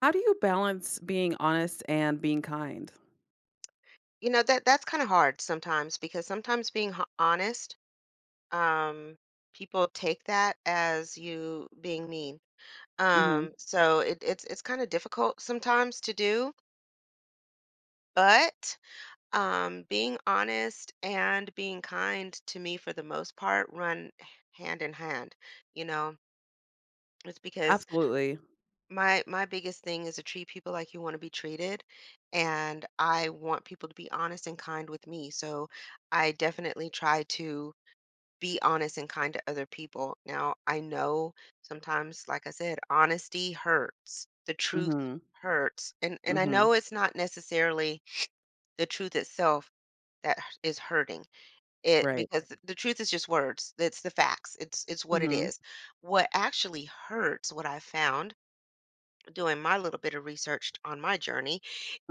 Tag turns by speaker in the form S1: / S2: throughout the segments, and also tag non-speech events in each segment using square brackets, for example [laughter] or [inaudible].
S1: How do you balance being honest and being kind?
S2: That's kinda hard sometimes because sometimes being ho honest, um, people take that as you being mean.
S1: Mhm.
S2: So it's kinda difficult sometimes to do, but, being honest and being kind to me for the most part run hand in hand, you know? It's because
S1: Absolutely.
S2: my biggest thing is to treat people like you wanna be treated, and I want people to be honest and kind with me, so I definitely try to be honest and kind to other people. Now, I know sometimes, like I said, honesty hurts. The truth
S1: Mhm.
S2: hurts. And I
S1: Mhm.
S2: know it's not necessarily the truth itself that is hurting. It
S1: Right.
S2: because the truth is just words. It's the facts. It's what it
S1: Mhm.
S2: is. What actually hurts, what I found doing my little bit of research on my journey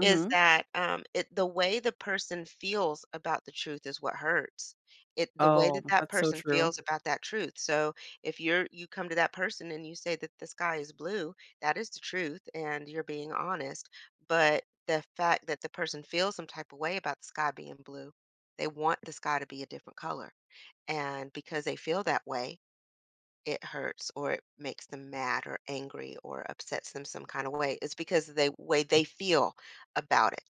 S2: is that the way the person feels about the truth is what hurts. It the way
S1: Oh,
S2: that that
S1: that's so
S2: person
S1: true.
S2: feels about that truth. So if you come to that person and you say that the sky is blue, that is the truth, and you're being honest. But the fact that the person feels some type of way about the sky being blue, they want the sky to be a different color, and because they feel that way, it hurts or it makes them mad or angry or upsets them some kind of way is because of the way they feel about it.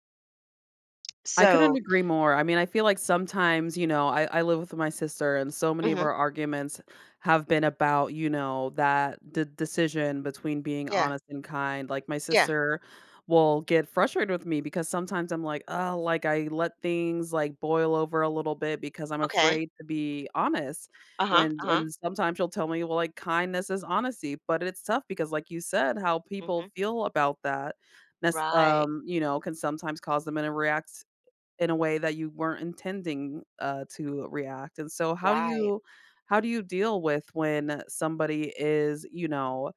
S1: I couldn't
S2: So,
S1: agree more. I mean, I feel like sometimes, I live with my sister, and so many of
S2: mhm.
S1: our arguments have been about, that decision between being
S2: Yeah,
S1: honest and kind. Like, my
S2: yeah.
S1: sister will get frustrated with me because sometimes I'm like, oh, like I let things like boil over a little bit because I'm
S2: Okay.
S1: afraid to be honest.
S2: Uh huh,
S1: When,
S2: uh huh.
S1: and sometimes she'll tell me, well, like kindness is honesty, but it's tough because, like you said, how
S2: Hmm.
S1: people feel about that
S2: Right,
S1: can sometimes cause them to react in a way that you weren't intending to react, and so how do
S2: right.
S1: you how do you deal with when somebody is,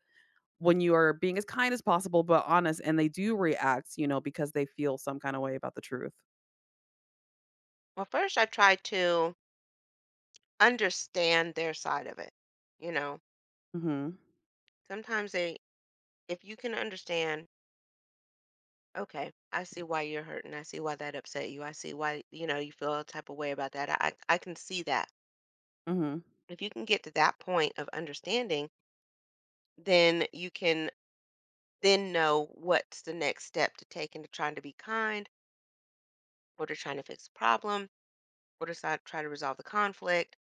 S1: when you are being as kind as possible, but honest, and they do react, because they feel some kind of way about the truth?
S2: Well, first I try to understand their side of it. You know,
S1: Mhm.
S2: sometimes they, if you can understand, okay, I see why you're hurting. I see why that upset you. I see why you feel a type of way about that. I can see that.
S1: Mhm.
S2: If you can get to that point of understanding then you can then know what's the next step to take into trying to be kind or to trying to fix the problem or to try to resolve the conflict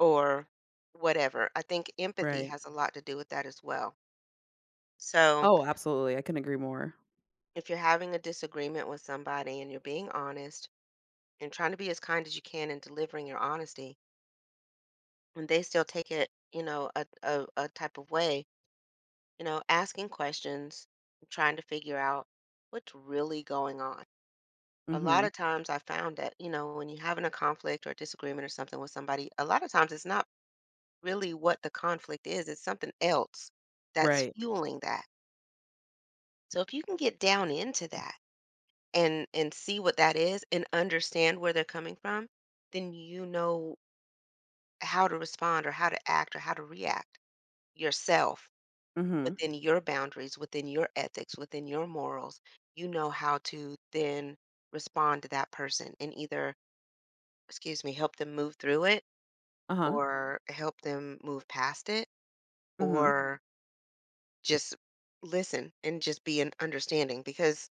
S2: or whatever. I think empathy
S1: Right.
S2: has a lot to do with that as well. So
S1: Oh, absolutely, I can agree more.
S2: if you're having a disagreement with somebody and you're being honest and trying to be as kind as you can in delivering your honesty, and they still take it, a type of way, asking questions, trying to figure out what's really going on a lot
S1: Mhm.
S2: of times I found that, when you're having a conflict or disagreement or something with somebody, a lot of times it's not really what the conflict is, it's something else that's
S1: Right.
S2: fueling that. So if you can get down into that and see what that is and understand where they're coming from, then you know how to respond or how to act or how to react yourself
S1: Mhm.
S2: within your boundaries, within your ethics, within your morals. You know how to then respond to that person and either excuse me, help them move through it
S1: Uh-huh.
S2: or help them move past it
S1: Mhm.
S2: or just listen and just be an understanding because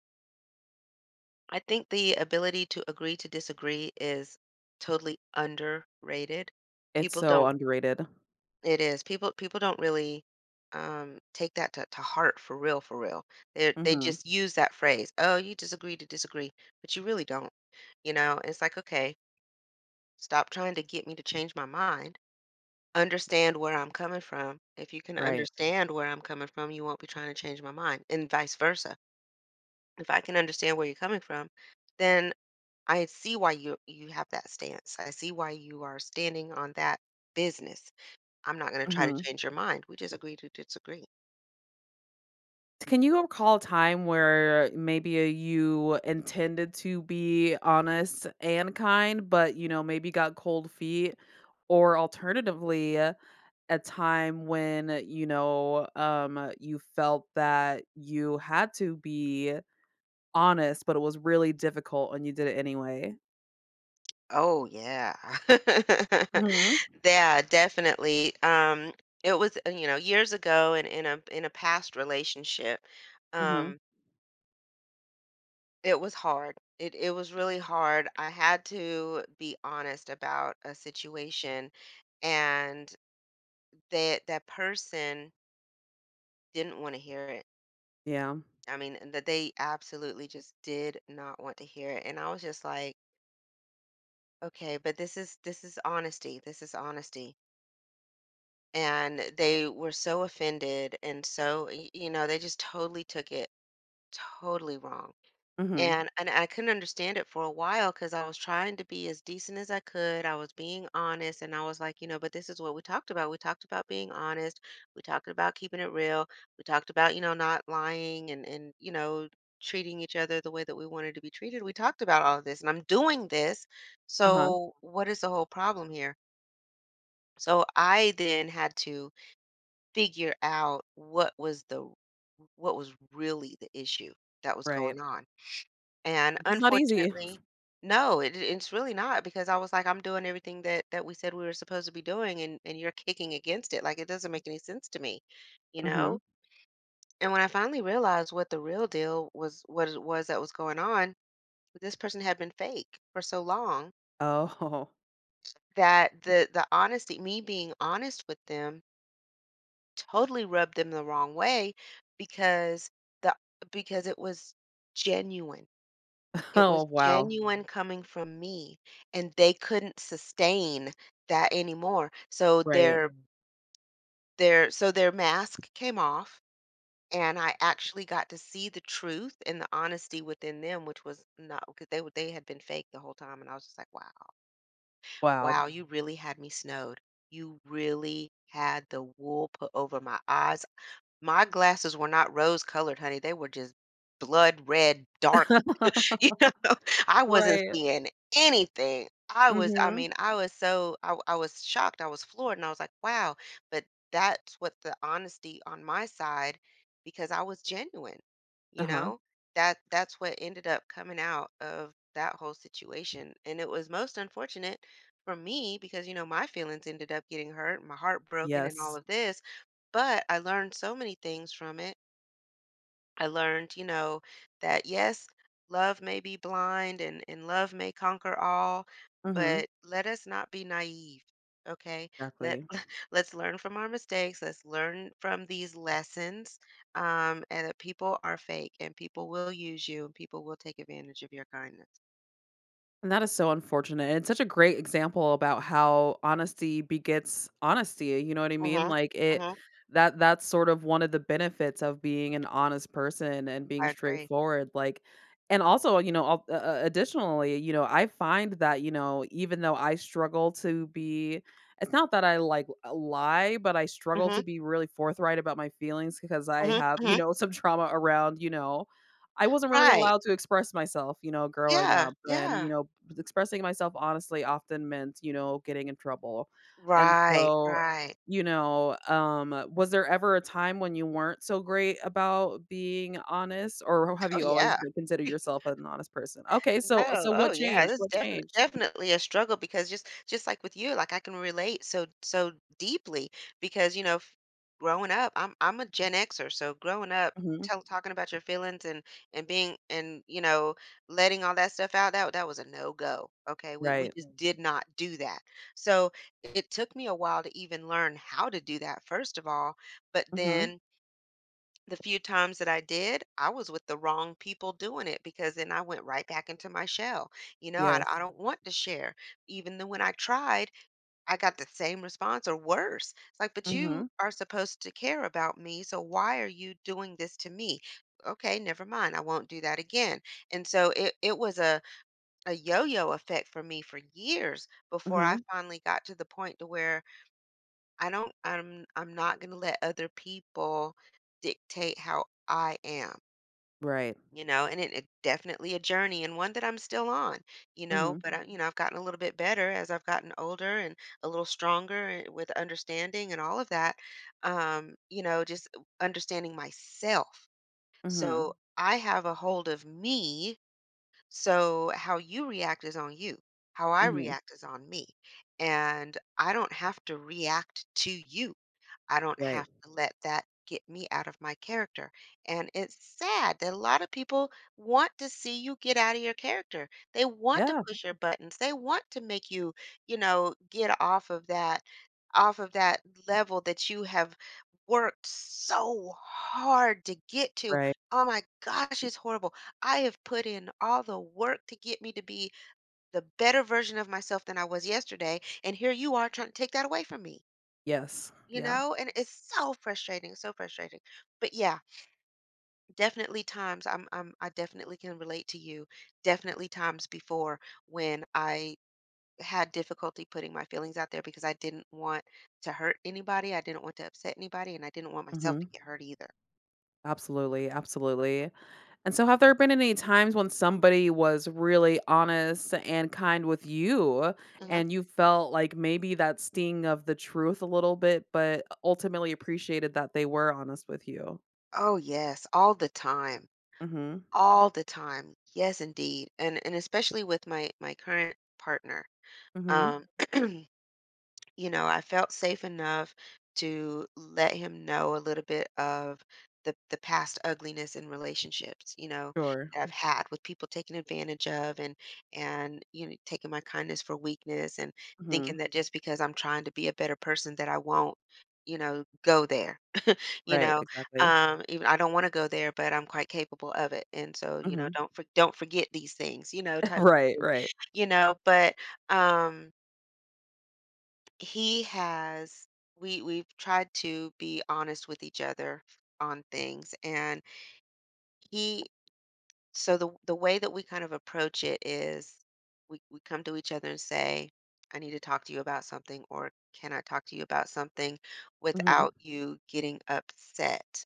S2: I think the ability to agree to disagree is totally underrated.
S1: It's
S2: People
S1: so
S2: don't
S1: underrated.
S2: people don't really take that to heart for real for real. They
S1: Mhm.
S2: just use that phrase, "Oh, you disagree to disagree," but you really don't. You know, it's like, "Okay, stop trying to get me to change my mind. Understand where I'm coming from. If you can
S1: Right.
S2: understand where I'm coming from, you won't be trying to change my mind, and vice versa. If I can understand where you're coming from, then I see why you have that stance. I see why you are standing on that business. I'm not going to try to
S1: Mhm.
S2: change your mind. We just agree to disagree."
S1: Can you recall a time where maybe you intended to be honest and kind, but, maybe got cold feet? Or alternatively a time when, you felt that you had to be honest, but it was really difficult and you did it anyway?
S2: Oh yeah. [laughs]
S1: Mhm.
S2: Yeah, definitely. It was, years ago in a past relationship.
S1: Mhm.
S2: Um, It was hard. It was really hard. I had to be honest about a situation and that that person didn't want to hear it.
S1: Yeah.
S2: I mean, that they absolutely just did not want to hear it. And I was just like, okay, but this is honesty. This is honesty. And they were so offended and so they just totally took it totally wrong.
S1: Mhm.
S2: And I couldn't understand it for a while because I was trying to be as decent as I could. I was being honest and I was like, you know, but this is what we talked about. We talked about being honest. We talked about keeping it real. We talked about, you know, not lying and treating each other the way that we wanted to be treated. We talked about all of this and I'm doing this.
S1: Uh-huh.
S2: So what is the whole problem here? So I then had to figure out what was really the issue that was
S1: Right.
S2: going on and
S1: It's not easy.
S2: unfortunately. No, it's really not because I was like, "I'm doing everything that that we said we were supposed to be doing, and you're kicking against it, like, it doesn't make any sense to me," you know?
S1: Mhm.
S2: And when I finally realized what the real deal was what it was that was going on, this person had been fake for so long
S1: Oh.
S2: that the honesty, me being honest with them, totally rubbed them the wrong way because the because it was genuine.
S1: [laughs]
S2: It
S1: Oh,
S2: was
S1: wow.
S2: genuine coming from me, and they couldn't sustain that anymore. So
S1: Right.
S2: their Mm. their so their mask came off, and I actually got to see the truth and the honesty within them, which was not because they had been fake the whole time, and I was just like, "Wow,
S1: Wow.
S2: wow, you really had me snowed. You really had the wool put over my eyes. My glasses were not rose colored, honey. They were just blood red, dark." [laughs] You
S1: [laughs]
S2: know, I wasn't
S1: Right.
S2: seeing anything. I was, I
S1: Mhm.
S2: mean, I was so, I was shocked. I was floored and I was like, wow. But that's what the honesty on my side, because I was genuine, you
S1: Uh-huh.
S2: know, that that's what ended up coming out of that whole situation. And it was most unfortunate for me because, you know, my feelings ended up getting hurt, my heart broken and all
S1: Yes.
S2: of this. But I learned so many things from it. I learned, you know, that yes, love may be blind and love may conquer all,
S1: Mhm.
S2: but let us not be naive. Okay. Let
S1: Exactly.
S2: [laughs] Let's learn from our mistakes. Let's learn from these lessons. And that people are fake and people will use you and people will take advantage of your kindness.
S1: And that is so unfortunate. It's such a great example about how honesty begets honesty, you know what I mean?
S2: Mm-hmm.
S1: Like it
S2: Mm-hmm.
S1: that that's sort of one of the benefits of being an honest person and being
S2: I agree.
S1: straightforward, like and also, additionally, I find that, even though I struggle to be it's not that I lie, but I struggle
S2: Mm-hmm.
S1: to be really forthright about my feelings because I
S2: Mm-hmm.
S1: have,
S2: Hmm.
S1: [laughs] some trauma around, I wasn't really
S2: Right.
S1: allowed to express myself, growing
S2: Yeah.
S1: up, and,
S2: Yeah.
S1: expressing myself honestly often meant, getting in trouble, and
S2: Right.
S1: so,
S2: Right.
S1: was there ever a time when you weren't so great about being honest, or have
S2: Oh
S1: you always
S2: yeah.
S1: been considered yourself an honest person? Okay, so
S2: No,
S1: so
S2: oh
S1: what
S2: yeah,
S1: changed?
S2: that's
S1: What
S2: definite
S1: changed?
S2: definitely a struggle because just like with you, like I can relate so so deeply because growing up, I'm a Gen Xer, so growing up,
S1: Mhm.
S2: talking about your feelings and being and you know letting all that stuff out that that was a no go. Okay, we
S1: Right.
S2: just did not do that. So it took me a while to even learn how to do that first of all, but
S1: Mhm.
S2: then the few times that I did, I was with the wrong people doing it because then I went right back into my shell. You know, I,
S1: Yes.
S2: I don't want to share. Even though when I tried, I got the same response or worse. It's like, but you
S1: Mhm.
S2: are supposed to care about me. So why are you doing this to me? Okay, never mind. I won't do that again. And so it, was a yo yo effect for me for years before I
S1: Mhm.
S2: finally got to the point to where I don't I'm not gonna let other people dictate how I am,
S1: Right.
S2: and it definitely a journey and one that I'm still on, you know,
S1: Mhm.
S2: but I, you know, I've gotten a little bit better as I've gotten older and a little stronger and with understanding and all of that. Just understanding myself.
S1: Mhm.
S2: So I have a hold of me. So how you react is on you. How I
S1: Mhm.
S2: react is on me. And I don't have to react to you. I don't
S1: Right.
S2: have to let that get me out of my character. And it's sad that a lot of people want to see you get out of your character. They want to
S1: Yeah.
S2: push your buttons. They want to make you, you know, get off of that level that you have worked so hard to get to.
S1: Right.
S2: Oh my gosh, it's horrible. I have put in all the work to get me to be the better version of myself than I was yesterday. And here you are trying to take that away from me,
S1: Yes.
S2: you
S1: Yeah.
S2: know? And it's so frustrating, so frustrating. But yeah, definitely times I definitely can relate to you. Definitely times before when I had difficulty putting my feelings out there because I didn't want to hurt anybody. I didn't want to upset anybody. And I didn't want myself to
S1: Mhm.
S2: get hurt either.
S1: Absolutely, absolutely. And so have there been any times when somebody was really honest and kind with you
S2: Hmm.
S1: and you felt like maybe that sting of the truth a little bit, but ultimately appreciated that they were honest with you?
S2: Oh, yes, all the time.
S1: Mhm.
S2: All the time. Yes, indeed. And especially with my current partner.
S1: Mhm.
S2: Um, I felt safe enough to let him know a little bit of the past ugliness in relationships,
S1: Sure.
S2: that I've had with people taking advantage of and taking my kindness for weakness and thinking
S1: Mhm.
S2: that just because I'm trying to be a better person that I won't, you know, go there you
S1: Right,
S2: know,
S1: exactly.
S2: even I don't want to go there, but I'm quite capable of it. And so, you know,
S1: Mhm.
S2: don't forget these things,
S1: [laughs]
S2: type of
S1: Right,
S2: thing,
S1: right.
S2: you know. But um, he has we've tried to be honest with each other on things, and he so the way that we kind of approach it is we come to each other and say, I need to talk to you about something, or can I talk to you about something
S1: Mhm.
S2: without you getting upset?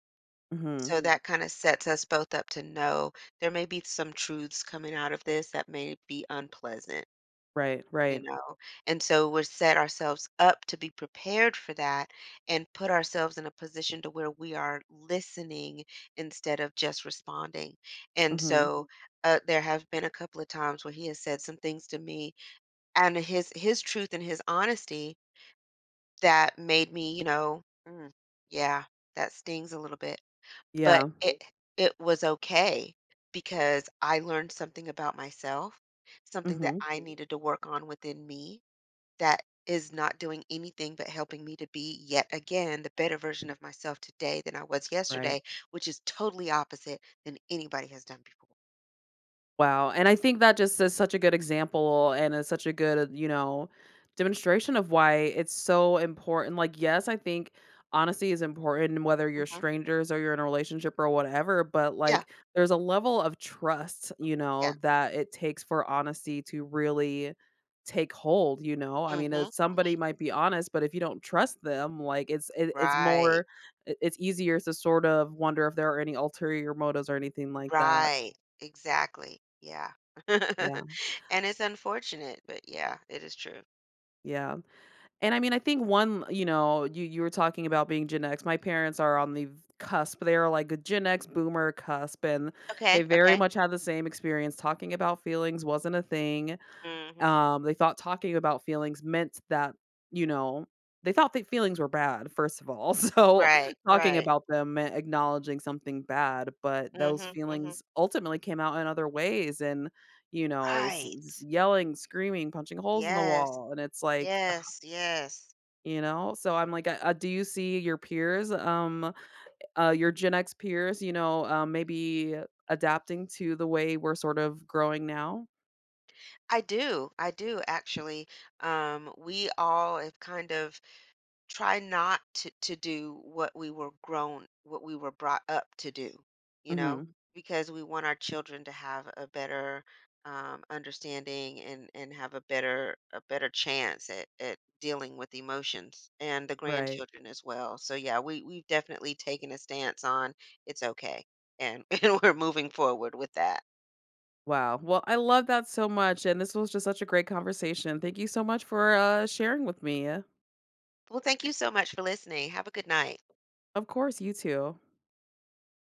S1: Mhm.
S2: So that kinda sets us both up to know there may be some truths coming out of this that may be unpleasant,
S1: Right,
S2: you
S1: right.
S2: know? And so we set ourselves up to be prepared for that and put ourselves in a position to where we are listening instead of just responding. And
S1: Mhm.
S2: so, there have been a couple of times where he has said some things to me and his truth and his honesty that made me, "Mm, yeah, that stings a little bit." But
S1: Yeah.
S2: it was okay because I learned something about myself, something that
S1: Mhm.
S2: I needed to work on within me that is not doing anything but helping me to be yet again the better version of myself today than I was
S1: Right.
S2: yesterday, which is totally opposite than anybody has done before.
S1: Wow, and I think that just is such a good example and is such a good, demonstration of why it's so important. Like, yes, I think honesty is important whether you're
S2: Mhm.
S1: strangers or you're in a relationship or whatever, but
S2: Yeah,
S1: like there's a level of trust,
S2: yeah.
S1: that it takes for honesty to really take hold, you know? I mean,
S2: Mhm,
S1: somebody
S2: mhm.
S1: might be honest, but if you don't trust them, like it's it, it's
S2: Right,
S1: more it- it's easier to sort of wonder if there are any ulterior motives or anything like that.
S2: right, exactly. Yeah. [laughs]
S1: Yeah.
S2: And it's unfortunate, but yeah, it is true.
S1: Yeah. And I mean, I think one, you were talking about being Gen X. My parents are on the cusp. They are like a Gen X boomer cusp, and they
S2: Okay,
S1: very
S2: okay.
S1: much had the same experience. Talking about feelings wasn't a thing.
S2: Mhm.
S1: They thought talking about feelings meant that, you know, they thought that feelings were bad, first of all. [laughs] So
S2: Right,
S1: talking
S2: right.
S1: about them meant acknowledging something bad, but those
S2: Mhm, mhm.
S1: feelings ultimately came out in other ways and,
S2: Right.
S1: yelling, screaming, punching holes in the
S2: Yes,
S1: wall. And it's like,
S2: yes, yes.
S1: you know? So I'm like, do you see your peers, your Gen X peers, maybe adapting to the way we're sort of growing now?
S2: I do actually. We all have kind of try not to do what we were brought up to do you know
S1: Mhm.
S2: because we want our children to have a better understanding and have a better chance at dealing with emotions and the
S1: Right.
S2: grandchildren as well, so yeah, we've definitely taken a stance on it's okay, and [laughs] and we're moving forward with that.
S1: Wow. Well, I love that so much, and this was just such a great conversation. Thank you so much for sharing with me.
S2: Well, thank you so much for listening. Have a good night.
S1: Of course, you too.